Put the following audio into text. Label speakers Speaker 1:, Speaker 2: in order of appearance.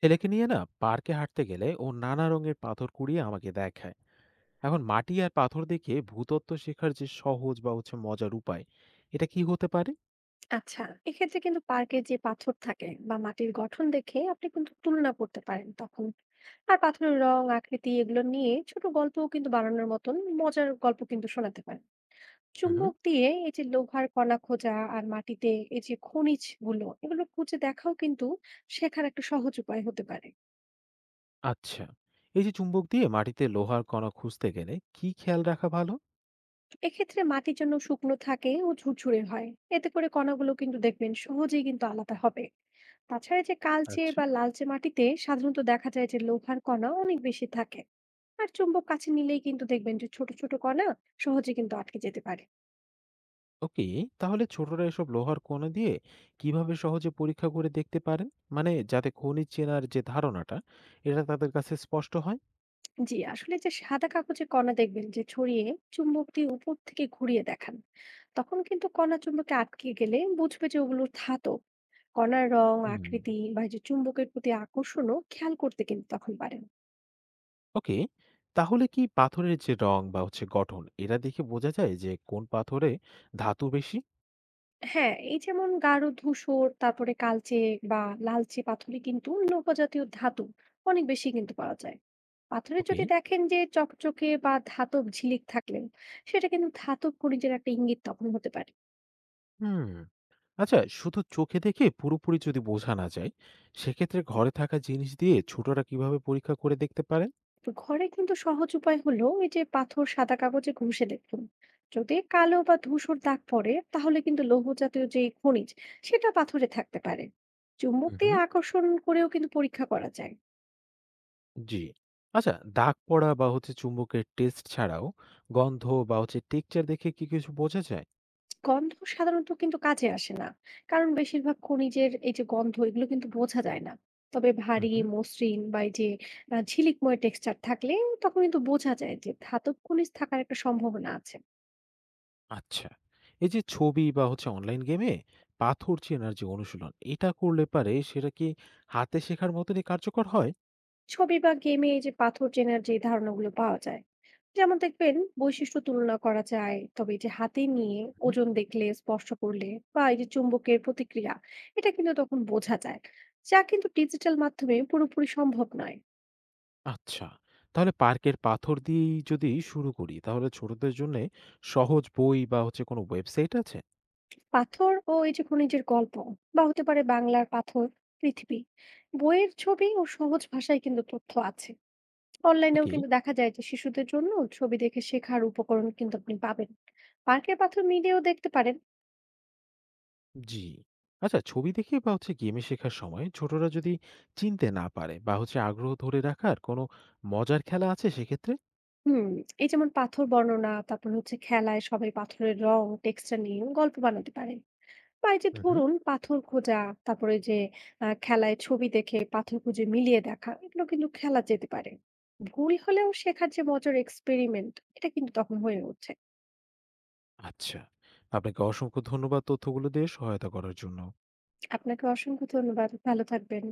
Speaker 1: ছেলেকে নিয়ে না পার্কে হাঁটতে গেলে ও নানা রঙের পাথর কুড়িয়ে আমাকে দেখায়। এখন মাটি আর পাথর দেখে ভূতত্ত্ব শেখার যে সহজ বা হচ্ছে মজার উপায় এটা কি হতে পারে?
Speaker 2: আচ্ছা, এক্ষেত্রে কিন্তু পার্কের যে পাথর থাকে বা মাটির গঠন দেখে আপনি কিন্তু তুলনা করতে পারেন তখন। আর পাথরের রং আকৃতি এগুলো নিয়ে ছোট গল্পও কিন্তু বানানোর মতন মজার গল্প কিন্তু শোনাতে পারেন।
Speaker 1: হুম।
Speaker 2: চুম্বক দিয়ে এই যে লোহার কণা খোঁজা আর মাটিতে এই যে খনিজ গুলো এগুলো খুঁজে দেখাও কিন্তু শেখার একটা সহজ উপায় হতে পারে।
Speaker 1: আচ্ছা, এই যে চুম্বক দিয়ে মাটিতে লোহার কণা খুঁজতে গেলে কি খেয়াল রাখা ভালো?
Speaker 2: এক্ষেত্রে মাটির জন্য শুকনো থাকে ও ঝুরঝুরে হয়। এতে করে কণাগুলো কিন্তু দেখবেন সহজেই কিন্তু আলাদা হবে। তাছাড়া যে কালচে
Speaker 1: আচ্ছা।
Speaker 2: বা লালচে মাটিতে সাধারণত দেখা যায় যে লোহার কণা অনেক বেশি থাকে। আর চুম্বক কাছে নিলেই কিন্তু দেখবেন যে ছোট ছোট কণা সহজে কিন্তু আটকে যেতে পারে।
Speaker 1: ওকে। তাহলে ছোটরা এসব লোহার কণা দিয়ে কিভাবে সহজে পরীক্ষা করে দেখতে পারেন, মানে যাতে খনিজ চেনার যে ধারণাটা এটা তাদের কাছে স্পষ্ট হয়?
Speaker 2: জি, আসলে যে সাদা কাগজে কণা দেখবেন যে ছড়িয়ে চুম্বক দিয়ে উপর থেকে ঘুরিয়ে দেখান। তখন কিন্তু কণা চুম্বকে আটকে গেলে বুঝবে যে ওগুলো ধাতব। কণার রং
Speaker 1: হুম।
Speaker 2: আকৃতি বা এই যে চুম্বকের প্রতি আকর্ষণও খেয়াল করতে কিন্তু তখন পারেন।
Speaker 1: ওকে। তাহলে কি পাথরের যে রং বা হচ্ছে গঠন এটা দেখে বোঝা যায় যে কোন পাথরে ধাতু বেশি?
Speaker 2: হ্যাঁ, এই যেমন গাঢ় ধূসর, তারপরে কালচে বা লালচে পাথরে কিন্তু লৌহজাতীয় ধাতু অনেক বেশি কিন্তু পাওয়া যায়। পাথরে
Speaker 1: ওকে।
Speaker 2: যদি দেখেন যে চকচকে বা ধাতব ঝিলিক থাকলে সেটা কিন্তু ধাতব খনিজের একটা ইঙ্গিত তখন হতে পারে।
Speaker 1: হুম। আচ্ছা, শুধু চোখে দেখে পুরোপুরি যদি বোঝা না যায়, সেক্ষেত্রে ঘরে থাকা জিনিস দিয়ে ছোটরা কিভাবে পরীক্ষা করে দেখতে পারে?
Speaker 2: তো ঘরে কিন্তু সহজ উপায় হলো এই যে পাথর সাদা কাগজে ঘষে দেখুন। যদি কালো বা ধূসর দাগ পড়ে তাহলে কিন্তু লৌহজাতীয় যে খনিজ সেটা পাথরে থাকতে পারে। চুম্বক দিয়ে
Speaker 1: হুম।
Speaker 2: আকর্ষণ করেও কিন্তু পরীক্ষা করা যায়।
Speaker 1: জি। আচ্ছা, দাগ পড়া বা হচ্ছে চুম্বকের টেস্ট ছাড়াও গন্ধ বা হচ্ছে টেক্সচার দেখে কি কিছু বোঝা যায়?
Speaker 2: গন্ধ সাধারণত কিন্তু কাজে আসে না, কারণ বেশিরভাগ খনিজের এই যে গন্ধ এগুলো কিন্তু বোঝা যায় না। তবে ভারী মসৃণ বা এই যে ঝিলিকময় টেক্সচার থাকলে তখন কিন্তু বোঝা যায় যে ধাতব খনিজ থাকার একটা সম্ভাবনা আছে।
Speaker 1: আচ্ছা। এই যে ছবি বা হচ্ছে অনলাইন গেমে পাথর চেনার যে অনুশীলন, এটা করলে পারে সেটা কি হাতে শেখার মতনই কার্যকর হয়?
Speaker 2: ছবি বা গেমে এই যে পাথর চেনার যে ধারণাগুলো পাওয়া যায়, যেমন দেখবেন বৈশিষ্ট্য তুলনা করা যায়। তবে এই যে হাতে নিয়ে
Speaker 1: হুম।
Speaker 2: ওজন দেখলে, স্পর্শ করলে বা এই যে চুম্বকের প্রতিক্রিয়া, এটা কিন্তু তখন বোঝা যায়, যা কিন্তু ডিজিটাল মাধ্যমে পুরোপুরি সম্ভব নয়।
Speaker 1: আচ্ছা। তাহলে পার্কের পাথর দিয়েই যদি শুরু করি, তাহলে ছোটদের জন্যে সহজ বই বা হচ্ছে কোনো ওয়েবসাইট আছে?
Speaker 2: পাথর ও এই যে খনিজের গল্প, বা হতে পারে বাংলার পাথর, পৃথিবী বইয়ের ছবি ও সহজ ভাষায় কিন্তু তথ্য আছে। অনলাইনেও
Speaker 1: ওকে।
Speaker 2: কিন্তু দেখা যায় যে শিশুদের জন্য ছবি দেখে শেখার উপকরণ কিন্তু আপনি পাবেন। পার্কের পাথর মিলিয়েও দেখতে পারেন।
Speaker 1: জি। আচ্ছা, ছবি দেখে বা হচ্ছে গেমে শেখার সময় ছোটরা যদি চিনতে না পারে, বা হচ্ছে আগ্রহ ধরে রাখার কোনো মজার খেলা আছে সেক্ষেত্রে?
Speaker 2: হুম। এই যেমন পাথর বর্ণনা, তারপর হচ্ছে খেলায় সবাই পাথরের রং টেক্সচার নিয়ে গল্প বানাতে পারে। বা এই যে
Speaker 1: হুম, হুম।
Speaker 2: ধরুন পাথর খোঁজা, তারপরে যে খেলায় ছবি দেখে পাথর খুঁজে মিলিয়ে দেখা, এগুলো কিন্তু খেলা যেতে পারে। ভুল হলেও শেখার যে মজার এক্সপেরিমেন্ট, এটা কিন্তু তখন হয়ে উঠছে।
Speaker 1: আচ্ছা। আপনাকে অসংখ্য ধন্যবাদ তথ্যগুলো দিয়ে সহায়তা করার জন্য।
Speaker 2: আপনাকে অসংখ্য ধন্যবাদ। ভালো থাকবেন।